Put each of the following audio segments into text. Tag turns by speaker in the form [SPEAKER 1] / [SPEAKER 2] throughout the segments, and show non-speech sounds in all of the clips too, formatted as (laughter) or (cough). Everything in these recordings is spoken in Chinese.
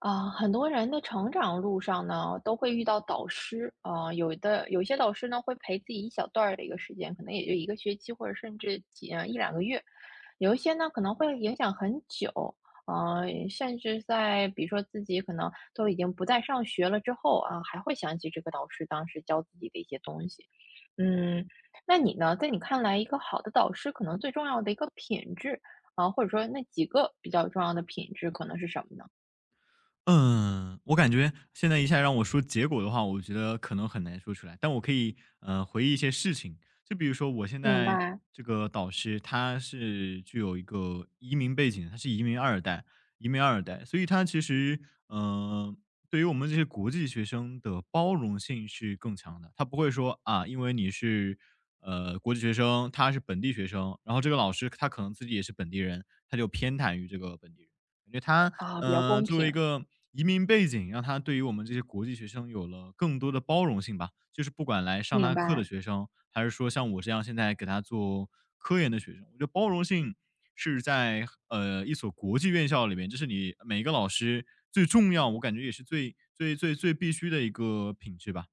[SPEAKER 1] 啊，很多人的成长路上呢，都会遇到导师啊，有的有一些导师呢会陪自己一小段儿的一个时间，可能也就一个学期或者甚至一两个月，有一些呢可能会影响很久，啊，甚至在比如说自己可能都已经不再上学了之后啊，还会想起这个导师当时教自己的一些东西。嗯，那你呢，在你看来，一个好的导师可能最重要的一个品质啊，或者说那几个比较重要的品质可能是什么呢？
[SPEAKER 2] 嗯，我感觉现在一下让我说结果的话，我觉得可能很难说出来，但我可以回忆一些事情，就比如说我现
[SPEAKER 1] 明
[SPEAKER 2] 在
[SPEAKER 1] 白。
[SPEAKER 2] 这个导师，他是具有一个移民背景，他是移民二代，移民二代，所以他其实嗯，对于我们这些国际学生的包容性是更强的，他不会说啊，因为你是国际学生，他是本地学生，然后这个老师他可能自己也是本地人，他就偏袒于这个本地人。感觉他，
[SPEAKER 1] 啊，比较公
[SPEAKER 2] 作为一
[SPEAKER 1] 平，
[SPEAKER 2] 个移民背景，让他对于我们这些国际学生有了更多的包容性吧。就是不管来上
[SPEAKER 1] 明
[SPEAKER 2] 他课
[SPEAKER 1] 白。
[SPEAKER 2] 的学生，还是说像我这样现在给他做科研的学生，我觉得包容性是在，一所国际院校里面，这是你每一个老师最重要，我感觉也是最最最最必须的一个品质吧。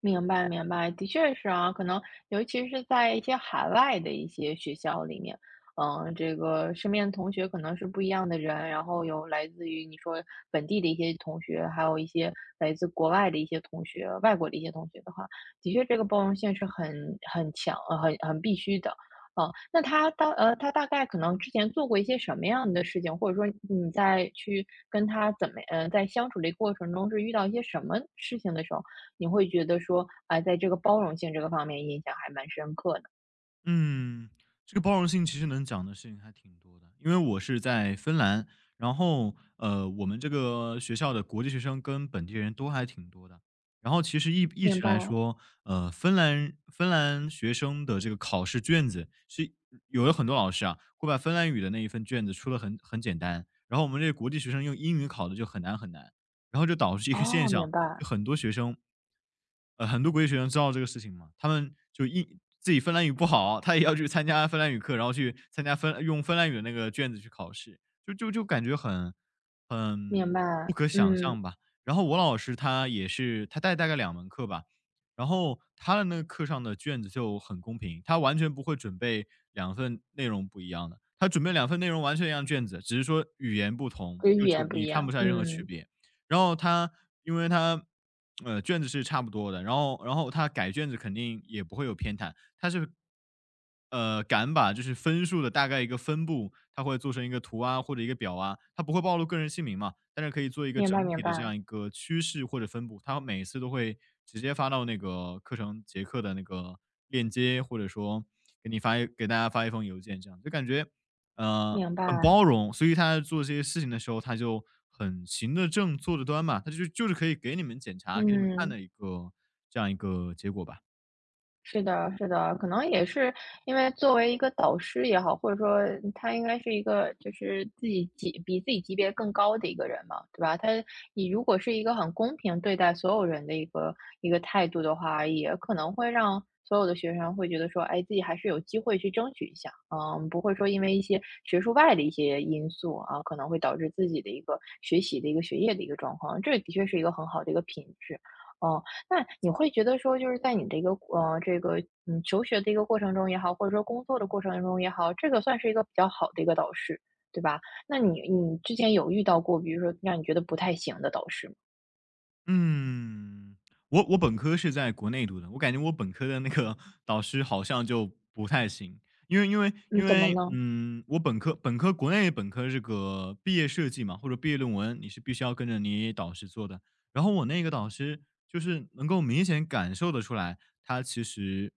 [SPEAKER 1] 明白，明白，的确是啊，可能尤其是在一些海外的一些学校里面，嗯，这个身边的同学可能是不一样的人，然后有来自于你说本地的一些同学，还有一些来自国外的一些同学，外国的一些同学的话，的确这个包容性是很强，很必须的。嗯，那，他大概可能之前做过一些什么样的事情，或者说你在去跟他怎么呃，在相处的过程中是遇到一些什么事情的时候？你会觉得说，啊，在这个包容性这个方面印象还蛮深刻的。
[SPEAKER 2] 嗯，这个包容性其实能讲的事情还挺多的，因为我是在芬兰，然后我们这个学校的国际学生跟本地人都还挺多的。然后其实一
[SPEAKER 1] 明
[SPEAKER 2] 直来
[SPEAKER 1] 白，
[SPEAKER 2] 说，芬兰学生的这个考试卷子是有的很多老师啊，会把芬兰语的那一份卷子出的很简单，然后我们这个国际学生用英语考的就很难很难。然后就导致一个
[SPEAKER 1] 哦，
[SPEAKER 2] 现
[SPEAKER 1] 明
[SPEAKER 2] 象，
[SPEAKER 1] 白，
[SPEAKER 2] 就很多学生，很多国际学生知道这个事情嘛，他们就自己芬兰语不好，他也要去参加芬兰语课，然后去参加用芬兰语的那个卷子去考试，就感觉
[SPEAKER 1] 明
[SPEAKER 2] 很不
[SPEAKER 1] 白，
[SPEAKER 2] 可想
[SPEAKER 1] 嗯，
[SPEAKER 2] 象吧。然后我老师他也是，他带大概两门课吧，然后他的那个课上的卷子就很公平，他完全不会准备两份内容不一样的，他准备两份内容完全一样的卷子，只是说语言不同，
[SPEAKER 1] 跟语言
[SPEAKER 2] 就
[SPEAKER 1] 不一
[SPEAKER 2] 你看不
[SPEAKER 1] 样，
[SPEAKER 2] 出来任何区
[SPEAKER 1] 嗯，
[SPEAKER 2] 别。然后他因为他卷子是差不多的，然后他改卷子肯定也不会有偏袒，他是敢把就是分数的大概一个分布，他会做成一个图啊或者一个表啊，他不会暴露个人姓名嘛，但是可以做一个
[SPEAKER 1] 明白，
[SPEAKER 2] 整
[SPEAKER 1] 明
[SPEAKER 2] 体的这
[SPEAKER 1] 白，
[SPEAKER 2] 样一个趋势或者分布，他每次都会直接发到那个课程结课的那个链接，或者说给大家发一封邮件，这样就感觉
[SPEAKER 1] 明
[SPEAKER 2] 很
[SPEAKER 1] 白，
[SPEAKER 2] 包容，所以他做这些事情的时候，他就很行得正，坐得端嘛，他就就是可以给你们检查，给你们看
[SPEAKER 1] 嗯。
[SPEAKER 2] 的一个这样一个结果吧。
[SPEAKER 1] 是的，是的，可能也是因为作为一个导师也好，或者说他应该是一个就是自己级比自己级别更高的一个人嘛，对吧？他你如果是一个很公平对待所有人的一个态度的话，也可能会让所有的学生会觉得说，哎，自己还是有机会去争取一下，嗯，不会说因为一些学术外的一些因素啊，可能会导致自己的一个学习的一个学业的一个状况，这的确是一个很好的一个品质。嗯，那你会觉得说，就是在你，这个嗯求学的一个过程中也好，或者说工作的过程中也好，这个算是一个比较好的一个导师，对吧？那你之前有遇到过，比如说让你觉得不太行的导师吗？
[SPEAKER 2] 嗯，我我本科是在国内读的，我感觉我本科的那个 (laughs) 导师好像就不太行，因为因为
[SPEAKER 1] 嗯，
[SPEAKER 2] 因
[SPEAKER 1] 怎么
[SPEAKER 2] 为，
[SPEAKER 1] 呢？
[SPEAKER 2] 嗯，我本科国内本科这个毕业设计嘛，或者毕业论文，你是必须要跟着你导师做的。然后我那个导师就是能够明显感受得出来，他其实，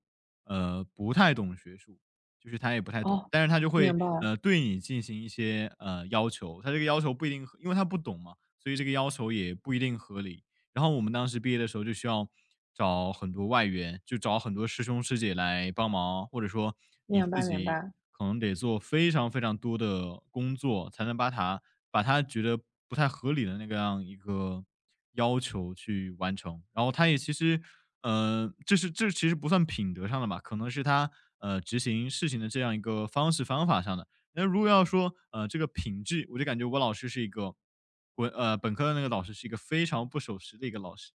[SPEAKER 2] 不太懂学术，就是他也不太懂，
[SPEAKER 1] 哦，
[SPEAKER 2] 但是他就会，
[SPEAKER 1] 明白，
[SPEAKER 2] 对你进行一些，要求，他这个要求不一定合因为他不懂嘛，所以这个要求也不一定合理。然后我们当时毕业的时候就需要找很多外援，就找很多师兄师姐来帮忙，或者说你
[SPEAKER 1] 明白，
[SPEAKER 2] 自
[SPEAKER 1] 明
[SPEAKER 2] 己
[SPEAKER 1] 白。
[SPEAKER 2] 可能得做非常非常多的工作，才能把它把他觉得不太合理的那个样一个要求去完成。然后他也其实，这是这其实不算品德上的吧，可能是他执行事情的这样一个方式方法上的。那如果要说，这个品质，我就感觉我老师是一个，本科的那个老师是一个非常不守时的一个老师。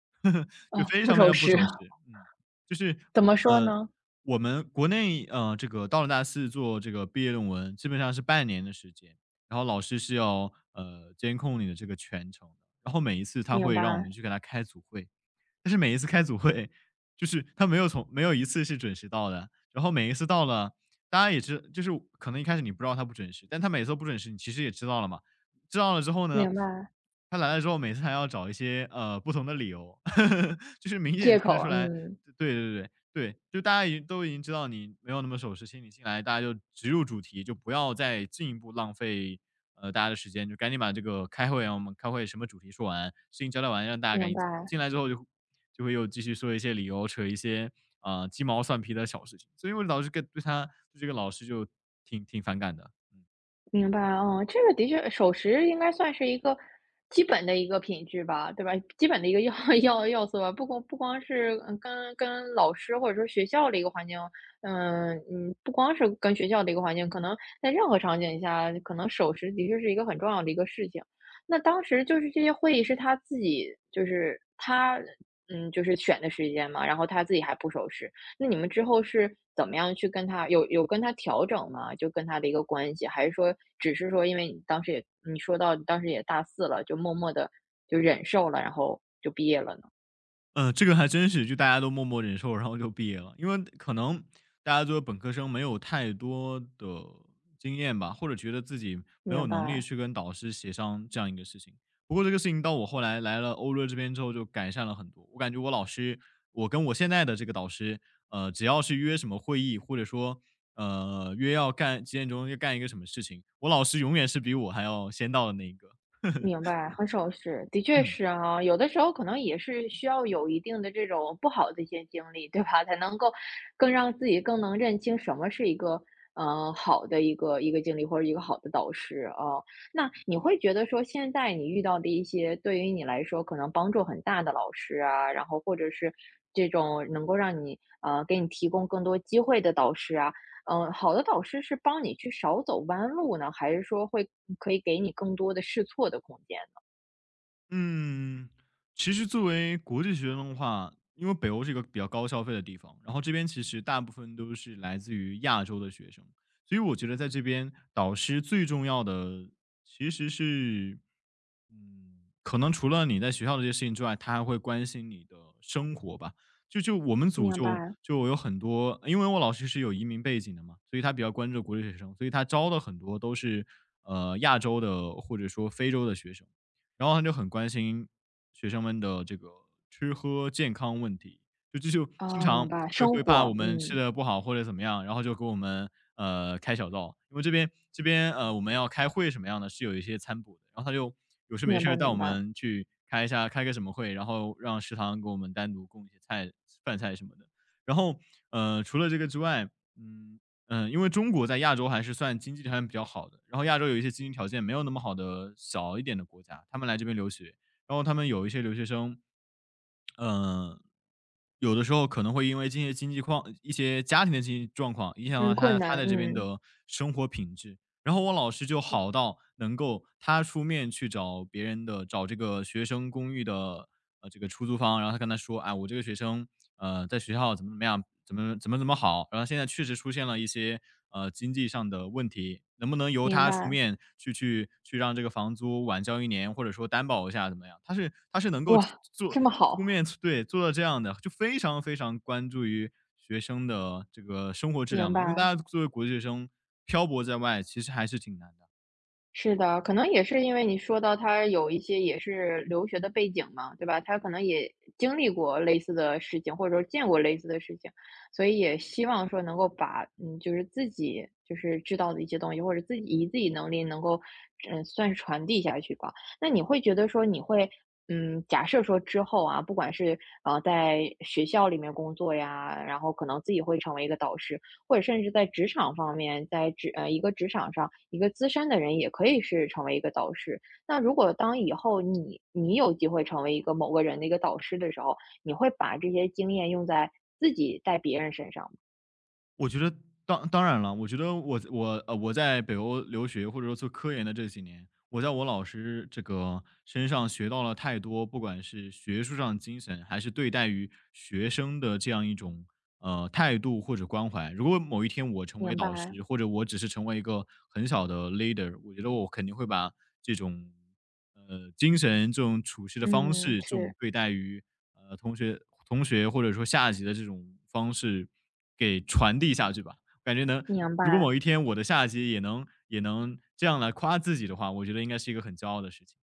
[SPEAKER 2] 就
[SPEAKER 1] 哦，
[SPEAKER 2] 非
[SPEAKER 1] 不
[SPEAKER 2] 常非
[SPEAKER 1] 守
[SPEAKER 2] 常不
[SPEAKER 1] 时，
[SPEAKER 2] 守时。
[SPEAKER 1] (laughs)
[SPEAKER 2] 嗯，就是
[SPEAKER 1] 怎
[SPEAKER 2] 不
[SPEAKER 1] 么说
[SPEAKER 2] 呃，
[SPEAKER 1] 呢？
[SPEAKER 2] 我们国内这个到了大四做这个毕业论文，基本上是半年的时间，然后老师是要监控你的这个全程的，然后每一次他
[SPEAKER 1] 明
[SPEAKER 2] 会让我
[SPEAKER 1] 白，
[SPEAKER 2] 们去给他开组会，但是每一次开组会，就是他没有从没有一次是准时到的，然后每一次到了，大家就是可能一开始你不知道他不准时，但他每次都不准时，你其实也知道了嘛。知道了之后呢，
[SPEAKER 1] 明白，
[SPEAKER 2] 他来了之后，每次还要找一些不同的理由，(laughs) 就是明显
[SPEAKER 1] 借
[SPEAKER 2] 听得
[SPEAKER 1] 口，
[SPEAKER 2] 出来，
[SPEAKER 1] 嗯，
[SPEAKER 2] 对。就大家已经知道你没有那么守时，请你进来，大家就直入主题，就不要再进一步浪费大家的时间，就赶紧把这个开会啊，我们开会什么主题说完，事情交代完，让大家赶
[SPEAKER 1] 明
[SPEAKER 2] 紧走。
[SPEAKER 1] 白。
[SPEAKER 2] 进来之后就会又继续说一些理由，扯一些鸡毛蒜皮的小事情，所以我老致跟对他对这个老师就挺反感的，嗯。
[SPEAKER 1] 明白，哦，这个的确守时应该算是一个基本的一个品质吧，对吧？基本的一个要 (laughs) 要素吧，不光是嗯跟老师或者说学校的一个环境，嗯嗯，不光是跟学校的一个环境，可能在任何场景下，可能守时的确是一个很重要的一个事情。那当时就是这些会议是他自己，就是他嗯，就是选的时间嘛，然后他自己还不守时。那你们之后是怎么样去跟他有跟他调整吗？就跟他的一个关系，还是说只是说因为你当时也你说到你当时也大四了，就默默的就忍受了，然后就毕业了呢？
[SPEAKER 2] 嗯，这个还真是，就大家都默默忍受，然后就毕业了。因为可能大家作为本科生没有太多的经验吧，或者觉得自己没
[SPEAKER 1] 明
[SPEAKER 2] 有能力
[SPEAKER 1] 白。
[SPEAKER 2] 去跟导师协商这样一个事情。不过这个事情到我后来来了欧洲这边之后就改善了很多。我感觉我老师，我跟我现在的这个导师，只要是约什么会议，或者说约要干几点钟要干一个什么事情，我老师永远是比我还要先到的那一个。(laughs)
[SPEAKER 1] 明白，很少是，的确
[SPEAKER 2] 嗯。
[SPEAKER 1] 是啊，有的时候可能也是需要有一定的这种不好的一些经历，对吧？(laughs) 才能够让自己更能认清什么是一个呃好的一个经历或者一个好的导师啊。那你会觉得说，现在你遇到的一些对于你来说可能帮助很大的老师啊，然后或者是这种能够让你给你提供更多机会的导师啊，嗯，好的导师是帮你去少走弯路呢，还是说会嗯可以给你更多的试错的空间呢？
[SPEAKER 2] 嗯，其实作为国际学生的话，因为北欧是一个比较高消费的地方，然后这边其实大部分都是来自于亚洲的学生，所以我觉得在这边导师最重要的其实是，嗯，可能除了你在学校的这些事情之外，他还会关心你的生活吧。我们组
[SPEAKER 1] 明白
[SPEAKER 2] 就有很多，因为我老师是有移民背景的嘛，所以他比较关注国际学生，所以他招的很多都是亚洲的或者说非洲的学生。然后他就很关心学生们的这个吃喝健康问题，就经
[SPEAKER 1] 啊，明
[SPEAKER 2] 常
[SPEAKER 1] 白，生
[SPEAKER 2] 会怕我
[SPEAKER 1] 活，
[SPEAKER 2] 们吃
[SPEAKER 1] 嗯，
[SPEAKER 2] 的不好或者怎么样，然后就给我们开小灶，因为这边我们要开会什么样的，是有一些餐补的，然后他就有事没
[SPEAKER 1] 明
[SPEAKER 2] 事
[SPEAKER 1] 白
[SPEAKER 2] 儿带我
[SPEAKER 1] 明白，
[SPEAKER 2] 们去开一下开个什么会，然后让食堂给我们单独供一些饭菜什么的。然后除了这个之外，嗯，嗯，因为中国在亚洲还是算经济条件比较好的，然后亚洲有一些经济条件没有那么好的小一点的国家，他们来这边留学，然后他们有一些留学生，嗯，有的时候可能会因为这些经济况、一些家庭的经济状况，影响
[SPEAKER 1] 嗯，
[SPEAKER 2] 到
[SPEAKER 1] 困
[SPEAKER 2] 他
[SPEAKER 1] 难，
[SPEAKER 2] 在这边
[SPEAKER 1] 嗯。
[SPEAKER 2] 的生活品质。然后我老师就好到能够他出面去找别人的找这个学生公寓的，这个出租方，然后他跟他说：“哎，我这个学生，在学校怎么怎么样，怎么好，然后现在确实出现了一些，经济上的问题，能不能由
[SPEAKER 1] 明
[SPEAKER 2] 他出
[SPEAKER 1] 白，
[SPEAKER 2] 面去让这个房租晚交一年，或者说担保一下怎么样？”他是能够
[SPEAKER 1] 哇，
[SPEAKER 2] 做
[SPEAKER 1] 这么好，
[SPEAKER 2] 出面，对，做到这样的，就非常非常关注于学生的这个生活质
[SPEAKER 1] 明
[SPEAKER 2] 量嘛，因为大
[SPEAKER 1] 白。
[SPEAKER 2] 家作为国际学生漂泊在外，其实还是挺难的。
[SPEAKER 1] 是的，可能也是因为你说到他有一些也是留学的背景嘛，对吧？他可能也经历过类似的事情，或者说见过类似的事情，所以也希望说能够把嗯，就是自己就是知道的一些东西，或者自己以自己能力能够嗯，算是传递下去吧。那你会觉得说你会嗯，假设说之后啊，不管是呃在学校里面工作呀，然后可能自己会成为一个导师。或者甚至在职场方面，一个职场上，一个资深的人也可以是成为一个导师。那如果当以后你有机会成为一个某个人的一个导师的时候，你会把这些经验用在自己带别人身上吗？
[SPEAKER 2] 我觉得当然了，我觉得我在北欧留学或者说做科研的这几年，我在我老师这个身上学到了太多，不管是学术上的精神，还是对待于学生的这样一种态度或者关怀。如果某一天我成为
[SPEAKER 1] 明
[SPEAKER 2] 导
[SPEAKER 1] 白，
[SPEAKER 2] 师，或者我只是成为一个很小的 leader，我觉得我肯定会把这种。精神这种处事的方
[SPEAKER 1] 嗯，
[SPEAKER 2] 式，这种
[SPEAKER 1] 是，
[SPEAKER 2] 对待于呃同学、同学或者说下级的这种方式给传递下去吧。感觉能，
[SPEAKER 1] 明
[SPEAKER 2] 如果
[SPEAKER 1] 白。
[SPEAKER 2] 某一天我的下级也能这样来夸自己的话，我觉得应该是一个很骄傲的事情。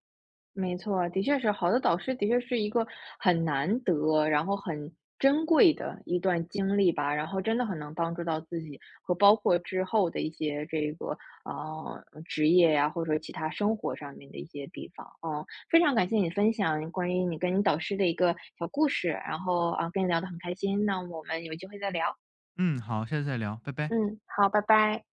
[SPEAKER 1] 没错，的确是好的导师，的确是一个很难得，然后很珍贵的一段经历吧。然后真的很能帮助到自己，和包括之后的一些这个呃职业呀、或者说其他生活上面的一些地方。嗯，非常感谢你分享关于你跟你导师的一个小故事，然后啊跟你聊得很开心。那我们有机会再聊。
[SPEAKER 2] 嗯，好，下次再聊，拜拜。
[SPEAKER 1] 嗯，好，拜拜。